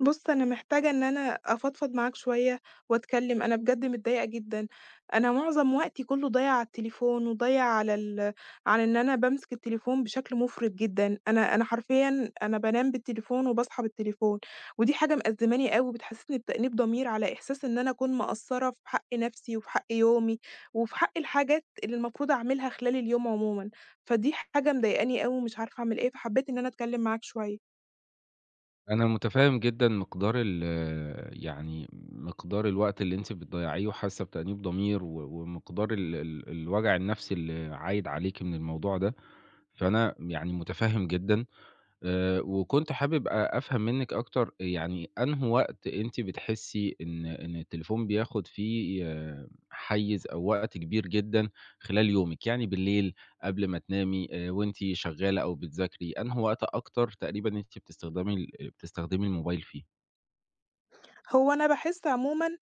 بُص، أنا محتاجة إن أنا أفضفض معاك شوية وأتكلّم، أنا بجد متضايقة جدًا. أنا معظم وقتي كُلّه ضايع على التليفون وضايع على إن أنا بامسك التليفون بشكل مُفرط جدًا. أنا حرفيًا أنا بانام بالتليفون وباصحى بالتليفون، ودي حاجة مأزّماني أوي، بتحسّسني بتأنيب ضمير على إحساس إن أنا أكون مقصّرة في حق نَفْسي وفي حق يومي وفي حق الحاجات اللي المفروض أعملها خلال اليوم عمومًا. فدي حاجة مضايقاني أوي ومش عارفة أعمل إيه، فحبّيت إن أنا أتكلّم معاك شوية. أنا متفهم جدًا مقدار ال يعني مقدار الوقت اللي أنتِ بتضيّعيه وحاسة بتأنيب ضمير و ومقدار ال ال الوجع النفسي اللي عايد عليكِ من الموضوع ده، فأنا يعني متفهم جدًا وكنت حابب أفهم منِّك أكتر، يعني أنهو وقت أنتِ بتحسّي إن التليفون بياخد فيه حيّز أو وقت كبير جدًا خلال يومِك؟ يعني بالليل قبل ما تنامي، وأنتِ شغّالة أو بتذاكري، أنهو وقت أكتر تقريبًا أنتِ بتستخدمي الموبايل فيه؟ هو أنا باحس عمومًا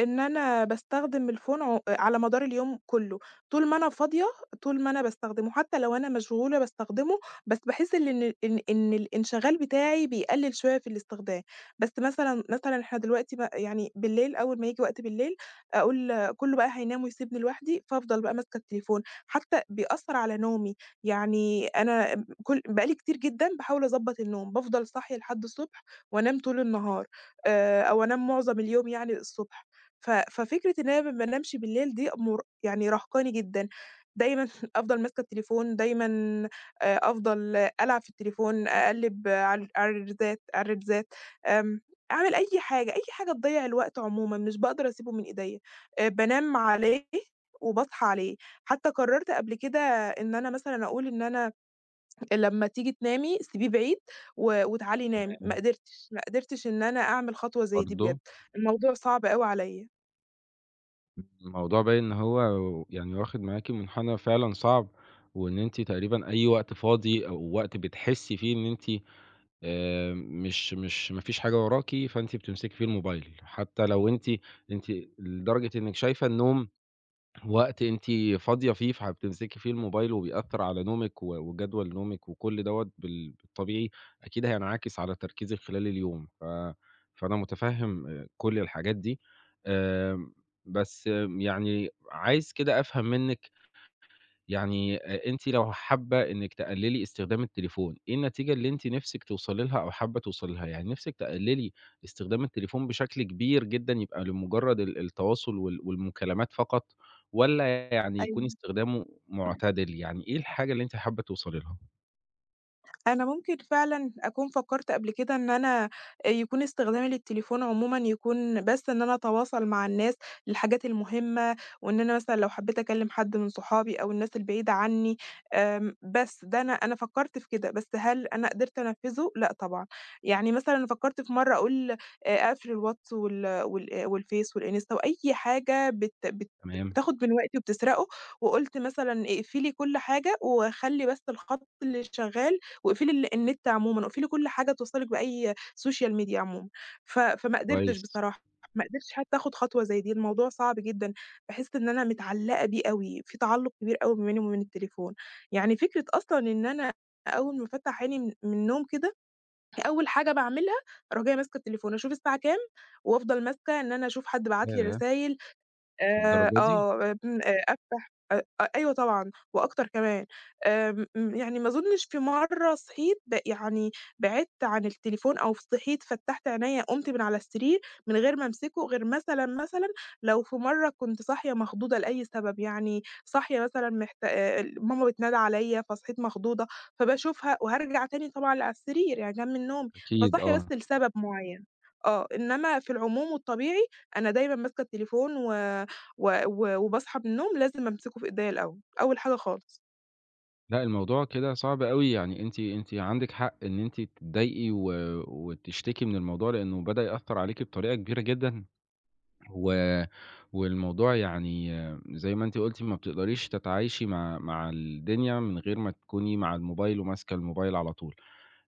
إن أنا باستخدم الفون على مدار اليوم كلّه، طول ما أنا فاضية، طول ما أنا باستخدمه، حتى لو أنا مشغولة باستخدمه، بس باحس إن ال إن إن الانشغال بتاعي بيقلّل شوية في الاستخدام، بس مثلًا إحنا دلوقتي يعني بالليل أول ما ييجي وقت بالليل، أقول آه، كلّه بقى هينام ويسيبني لوحدي، فافضل بقى ماسكة التليفون، حتى بيأثّر على نومي، يعني أنا كل بقى لي كتير جدًا باحاول أضبّط النوم، بافضل صاحية لحد الصبح وأنام طول النهار، أو أنام معظم اليوم يعني الصبح. ففكرة إن أنا ما بانامش بالليل دي يعني رهقاني جدًا، دايمًا أفضل ماسكة التليفون، دايمًا أفضل ألعب في التليفون، أقلِّب على الريلزات. آمم أعمل أي حاجة، أي حاجة تضيّع الوقت عمومًا، مش باقدر أسيبه من إيديّا، بانام عليه وباصحى عليه، حتى قررت قبل كده إن أنا مثلًا أقول إن أنا لمّا تيجي تنامي سيبيه بعيد وتعالي نامي، ما تمام. قدرتش، ما قدرتش إن أنا أعمل خطوة زي دي بجد، برضه؟ الموضوع صعب أوي عليّا. الموضوع باين إن هو يعني واخد معاكِ منحنى فعلًا صعب، وإن أنتِ تقريبًا أي وقت فاضي أو وقت بتحسّي فيه إن أنتِ مش ما فيش حاجة وراكِ، فأنتِ بتمسكي فيه الموبايل، حتى لو أنتِ لدرجة إنِّك شايفة النوم وقت أنتِ فاضية فيه، فبتمسكي فيه الموبايل وبيأثّر على نومِك و وجدول نومِك، وكل دوّة بالطبيعي أكيد هينعكس على تركيزِك خلال اليوم، فأنا مُتفهِّم كل الحاجات دي. آمم. بس يعني عايز كده أفهم منِّك، يعني أنتِ لو حابة إنِّك تقلّلي استخدام التليفون، إيه النتيجة اللي أنتِ نِفْسِك توصلي لها أو حابة توصلي لها؟ يعني نِفْسِك تقلّلي استخدام التليفون بشكل كبير جدًا يبقى لمُجرّد التواصل والمكالمات فقط، والّا يعني يكون أيوه. استخدامه معتدل؟ يعني إيه الحاجة اللي أنتِ حابة توصلي لها؟ أنا ممكن فعلًا أكون فكّرت قبل كده إن أنا يكون استخدامي للتليفون عمومًا يكون بس إن أنا أتواصل مع الناس للحاجات المهمة، وإن أنا مثلًا لو حبّيت أكلّم حد من صحابي أو الناس البعيدة عنّي بس ده أنا فكّرت في كده، بس هل أنا قدرت أنفّذه؟ لأ طبعًا. يعني مثلًا أنا فكّرت في مرّة أقول أقفل الواتس والفيس والإنستا وأي حاجة بت بت تمام. بتاخُد من وقتي وبتسرقه، وقُلت مثلًا اقفلي كل حاجة وخلّي بس الخط اللي شغّال واقفلي النت عمومًا، واقفلي كل حاجة توصّلِك بأي social media عمومًا. فما قدرتش كويس. بصراحة، ما قدرتش حتى آخُد خطوة زي دي، الموضوع صعب جدًا، باحس إن أنا متعلّقة بيه أوي، في تعلُّق كبير أوي ما بيني وما بين التليفون. يعني فكرة أصلًا إن أنا أول ما أفتح عيني من النوم كده، أول حاجة باعملها أروح جاية ماسكة التليفون، أشوف الساعة كام وأفضل ماسكة إن أنا أشوف حد بعت لي ياه! رسايل للدرجة دي! آه، بن أفتح أ أ أيوه طبعًا وأكتر كمان. آمم، م يعني ما أظُنّش في مرّة صحيت يعني بعِدت عن التليفون أو صحيت فتّحت عينيّا قُمت من على السرير من غير ما أمسكه، غير مثلًا لو في مرّة كنت صاحية مخضوضة لأي سبب، يعني صاحية مثلًا محت ال ماما بتنادى عليّا فصحيت مخضوضة، فباشوفها وهارجع تاني طبعًا على السرير يعني أنام من نومي، أكيد فصاحية بس آه. لسبب معيّن. آه، إنّما في العموم والطبيعي أنا دايمًا ماسكة التليفون و و و وباصحى من النوم لازم أمسكه في إيديّا الأول، أول حاجة خالص. لأ، الموضوع كده صعب أوي، يعني أنتِ عندِك حق إن أنتِ تتضايقي وتشتكي من الموضوع لإنه بدأ يأثّر عليكِ بطريقة كبيرة جدًا. و والموضوع يعني زي ما أنتِ قُلتِ ما بتقدريش تتعايشي مع الدنيا من غير ما تكوني مع الموبايل وماسكة الموبايل على طول.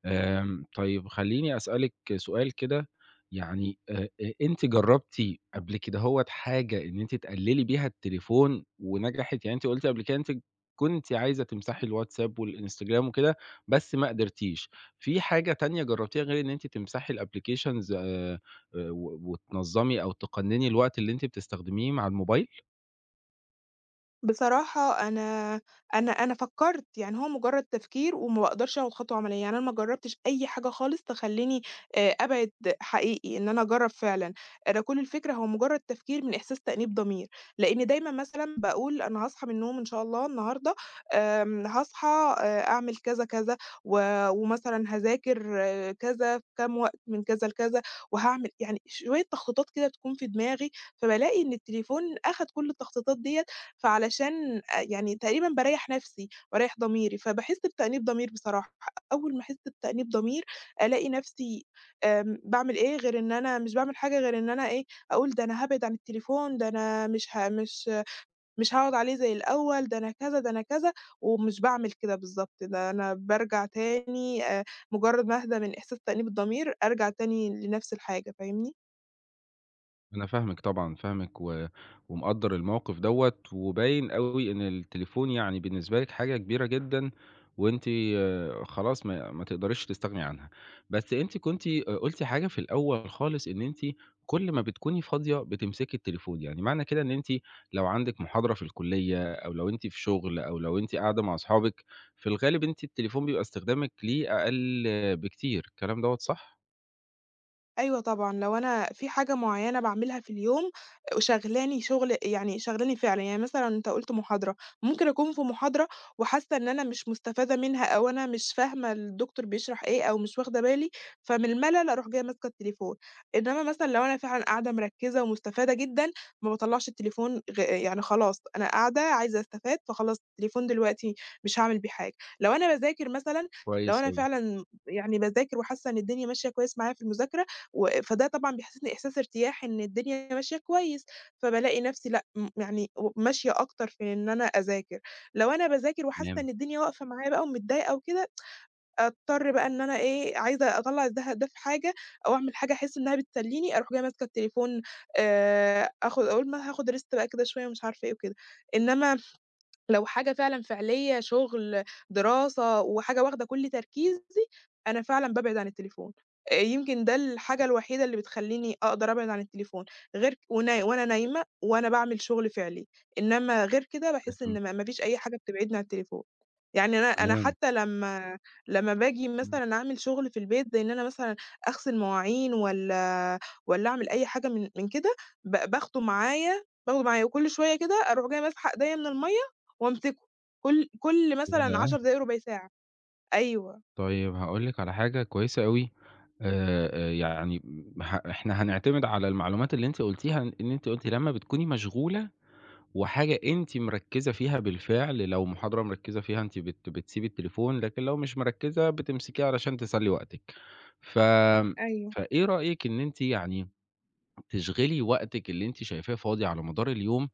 آمم، طيب خلّيني أسألِك سؤال كده، يعني أ أنتِ جرّبتِ قبل كدهوّة حاجة إن أنتِ تقلّلي بيها التليفون ونجحت؟ يعني أنتِ قُلتِ قبل كده أنتِ كنتِ عايزة تمسحي الWhatsApp والInstagram وكده، بس ما قدرتيش. في حاجة تانية جرّبتيها غير إن أنتِ تمسحي الapplications، و وتنظّمي أو تقنّني الوقت اللي أنتِ بتستخدميه مع الموبايل؟ بصراحة أنا أنا فكّرت، يعني هو مجرّد تفكير وما باقدرش آخُد خطوة عمليّة، يعني أنا ما جرّبتش أي حاجة خالص تخلّيني أبعد حقيقي إن أنا أجرّب فعلًا، أنا كل الفكرة هو مجرّد تفكير من إحساس تأنيب ضمير، لإني دايمًا مثلًا باقول أنا هاصحى من النوم إن شاء الله النهارده هاصحى أعمل كذا، كذا و ومثلًا هاذاكر كذا في كام وقت من كذا لكذا وهاعمل يعني شوية تخطيطات كده بتكون في دماغي، فبالاقي إن التليفون أخَد كل التخطيطات ديّة فعلشان يعني تقريبًا باريّح نَفْسي واريّح ضميري، فباحس بتأنيب ضمير بصراحة، أول ما أحس بتأنيب ضمير ألاقي نَفْسي باعمل إيه غير إن أنا مش باعمل حاجة غير إن أنا إيه، أقول ده أنا هابعد عن التليفون، ده أنا مش ه مش مش هاقعد عليه زي الأول، ده أنا كذا، ده أنا كذا، ومش باعمل كده بالضبط، ده أنا بارجع تاني مجرّد ما أهدى من إحساس تأنيب الضمير أرجع تاني لنَفْس الحاجة، فاهمني؟ أنا فاهمِك طبعًا، فاهمِك ومقدّر الموقف دوّة، وباين أوي إن التليفون يعني بالنسبة لِك حاجة كبيرة جدًا، وأنتِ خلاص ما تقدريش تستغني عنها. بس أنتِ كنتِ، قُلتِ حاجة في الأول خالص إن أنتِ كل ما بتكوني فاضية بتمسكي التليفون، يعني معنى كده إن أنتِ لو عندِك محاضرة في الكلية أو لو أنتِ في شغل أو لو أنتِ قاعدة مع أصحابِك، في الغالب أنتِ التليفون بيبقى استخدامِك ليه أقل بكتير، الكلام دوّة صح؟ أيوه طبعًا، لو أنا في حاجة معيّنة باعملها في اليوم وشاغلاني شغل يعني شاغلاني فعلًا، يعني مثلًا أنت قُلت محاضرة، ممكن أكون في محاضرة وحاسة إن أنا مش مستفادة منها أو أنا مش فاهمة الدكتور بيشرح إيه أو مش واخدة بالي، فمن الملل أروح جاية ماسكة التليفون، إنما مثلًا لو أنا فعلًا قاعدة مركّزة ومستفادة جدًا، ما باطلّعش التليفون يعني خلاص أنا قاعدة عايزة أستفاد، فخلاص التليفون دلوقتي مش هاعمل بيه حاجة. لو أنا باذاكر مثلًا، لو كويس أنا أوي. فعلًا يعني باذاكر وحاسة إن الدنيا ماشية كويس معايا في المذاكرة، فده طبعًا بيحسسني إحساس ارتياح إن الدنيا ماشية كويس، فبالاقي نفسي لأ، يعني و ماشية أكتر في إن أنا أذاكر. لو أنا باذاكر وحاسة تمام. إن الدنيا واقفة معايا بقى ومتضايقة وكده، أضطر بقى إن أنا إيه، عايزة أطلّع الزهق ده في حاجة أو أعمل حاجة أحس إنها بتسليني، أروح جاية ماسكة التليفون آخد أقول ما هاخد rest بقى كده شوية ومش عارفة إيه وكده. إنما لو حاجة فعلًا فعلية، شغل، دراسة، وحاجة واخدة كل تركيزي، أنا فعلًا بابعد عن التليفون. يمكن ده الحاجة الوحيدة اللي بتخلّيني أقدر أبعد عن التليفون، غير ك وأنا وأنا نايمة، وأنا باعمل شغل فعلي، إنما غير كده باحس تمام. إن ما فيش أي حاجة بتبعدني عن التليفون. يعني أنا تمام. حتى لمّا باجي إمم. مثلًا أعمل شغل في البيت، زي إن أنا مثلًا أغسل مواعين والّا أعمل أي حاجة من كده، ب باخده معايا باخده معايا، وكل شوية كده أروح جاية ماسحة إيديّا من المَيّة وأمسكه كل مثلًا ياه! 10 دقايق، ربع ساعة. أيوه، طيب هاقول لِك على حاجة كويسة أوي، يعني ه إحنا هنعتمد على المعلومات اللي أنتِ قُلتيها، إن أنتِ قُلتِ لمّا بتكوني مشغولة وحاجة أنتِ مركّزة فيها بالفعل، لو محاضرة مركّزة فيها أنتِ بتسيبي التليفون، لكن لو مش مركّزة بتمسكيه علشان تسلّي وقتِك. ف أيوه. فإيه رأيِك إن أنتِ يعني تشغلي وقتِك اللي أنتِ شايفاه فاضي على مدار اليوم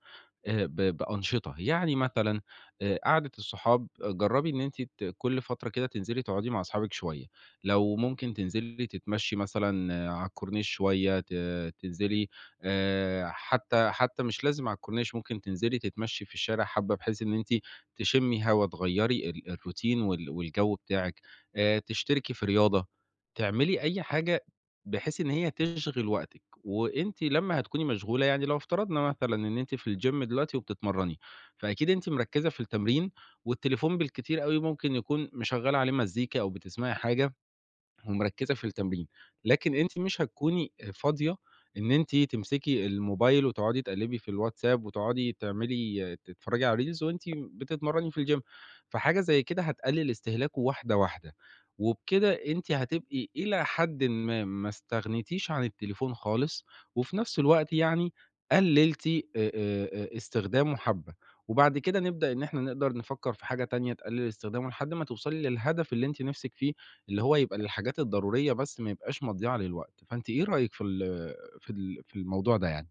ب بأنشطة؟ يعني مثلًا قعدة الصحاب، جرّبي إن أنتِ كل فترة كده تنزلي تقعدي مع أصحابِك شوية، لو ممكن تنزلي تتمشّي مثلًا على الكورنيش شوية، ت تنزلي حتى حتى مش لازم على الكورنيش، ممكن تنزلي تتمشّي في الشارع حبّة بحيث إن أنتِ تشمّي هوا، تغيّري الروتين والجو بتاعِك، تشتركي في رياضة، تعملي أي حاجة بحيث إن هي تشغِل وقتِك، وأنتِ لمّا هتكوني مشغولة، يعني لو افترضنا مثلًا إن أنتِ في الgym دلوقتي وبتتمرّني، فأكيد أنتِ مركّزة في التمرين، والتليفون بالكتير أوي ممكن يكون مشغّلة عليه مزيكا أو بتسمعي حاجة ومركّزة في التمرين، لكن أنتِ مش هتكوني فاضية إن أنتِ تمسكي الموبايل وتقعدي تقلّبي في الواتساب وتقعدي تعملي تتفرّجي على reels وأنتِ بتتمرّني في الgym، فحاجة زي كده هتقلل استهلاكه واحدة واحدة، وبكده أنتِ هتبقي إلى حدٍ ما ما استغنيتيش عن التليفون خالص، وفي نفس الوقت يعني قلّلتِ استخدامه حبّة، وبعد كده نبدأ إن إحنا نقدر نفكّر في حاجة تانية تقلل استخدامه لحد ما توصلي للهدف اللي أنتِ نِفْسِك فيه. اللي هو يبقى للحاجات الضرورية بس ما يبقاش مضيعة للوقت، فأنتِ إيه رأيِك في ال في ال في الموضوع ده يعني؟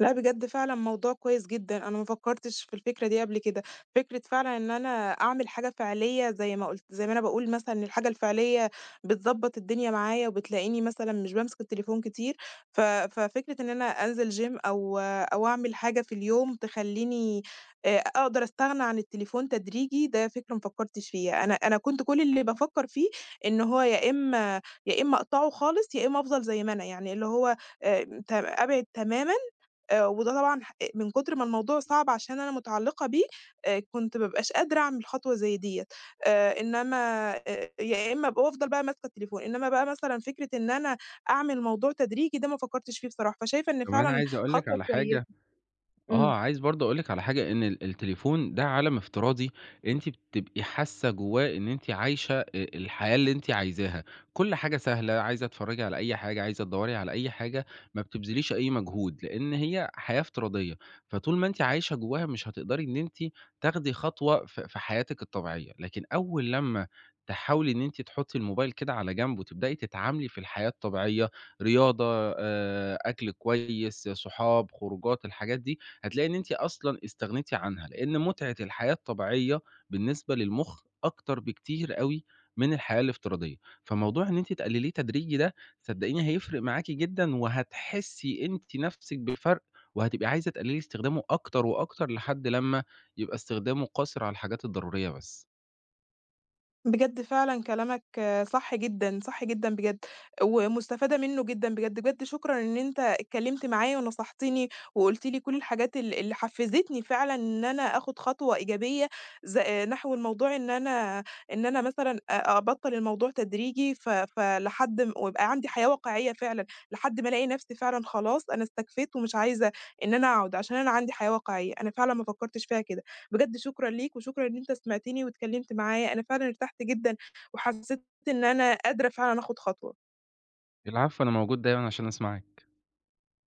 لأ بجد فعلًا موضوع كويس جدًا، أنا ما فكّرتش في الفكرة دي قبل كده، فكرة فعلًا إن أنا أعمل حاجة فعلية زي ما أنا باقول مثلًا إن الحاجة الفعلية بتضبّط الدنيا معايا وبتلاقيني مثلًا مش بامسك التليفون كتير، ففكرة إن أنا أنزل gym أو أعمل حاجة في اليوم تخلّيني أقدر أستغنى عن التليفون تدريجي، ده فكرة ما فكّرتش فيها، أنا كنت كل اللي بافكّر فيه إن هو يا إمّا يا إمّا أقطعه خالص، يا إمّا أفضل زي ما أنا، يعني اللي هو ت أبعد تمامًا وده طبعًا من كتر ما الموضوع صعب عشان أنا متعلّقة بيه، كنت ما بابقاش قادرة أعمل خطوة زي ديّة، إنّما يا إمّا أبقى وافضل بقى ماسكة التليفون، إنّما بقى مثلًا فكرة إن أنا أعمل موضوع تدريجي ده ما فكّرتش فيه بصراحة، فشايفة إن كمان فعلًا عايز أقول لِك خطوة على كويسة. حاجة، إمم. عايز برضه أقول لِك على حاجة، إن التليفون ده عالم افتراضي أنتِ بتبقي حاسة جواه إن أنتِ عايشة الحياة اللي أنتِ عايزاها، كل حاجة سهلة، عايزة تتفرّجي على أي حاجة، عايزة تدوّري على أي حاجة، ما بتبذليش أي مجهود، لإن هي حياة افتراضية، فطول ما أنتِ عايشة جواها مش هتقدري إن أنتِ تاخدي خطوة في حياتِك الطبيعية، لكن أول لمّا تحاولي إن أنتِ تحطّي الموبايل كده على جنب وتبدئي تتعاملي في الحياة الطبيعية، رياضة، أكل كويس، صحاب، خروجات، الحاجات دي، هتلاقي إن أنتِ أصلًا استغنيتِ عنها، لإن متعة الحياة الطبيعية بالنسبة للمخ أكتر بكتير أوي من الحياة الافتراضية، فموضوع إن أنتِ تقلليه تدريجي ده صدقيني هيفرق معاكِ جدًا، وهتحسي أنتِ نفسِك بالفرق، وهتبقي عايزة تقللي استخدامه أكتر وأكتر لحد لمّا يبقى استخدامه قاصر على الحاجات الضرورية بس. بجد فعلًا كلامك صح جدًا، صح جدًا بجد، ومستفادة منّه جدًا بجد، بجد شكرًا إن أنت اتكلّمت معايا ونصحتني وقُلت لي كل الحاجات اللي حفّزتني فعلًا إن أنا آخُد خطوة إيجابية ز آه، نحو الموضوع إن أنا مثلًا أبطّل الموضوع تدريجي فلحد ويبقى عندي حياة واقعية فعلًا، لحد ما ألاقي نَفْسي فعلًا خلاص أنا استكفيت ومش عايزة إن أنا أقعُد، عشان أنا عندي حياة واقعية، أنا فعلًا ما فكّرتش فيها كده. بجد شكرًا ليك، وشكرًا إن أنت سمعتني واتكلمت معايا، أنا فعلًا ارتحت جدًا، وحسيت إن أنا قادرة فعلًا آخد خطوة. العفو، أنا موجود دايمًا عشان أسمعِك.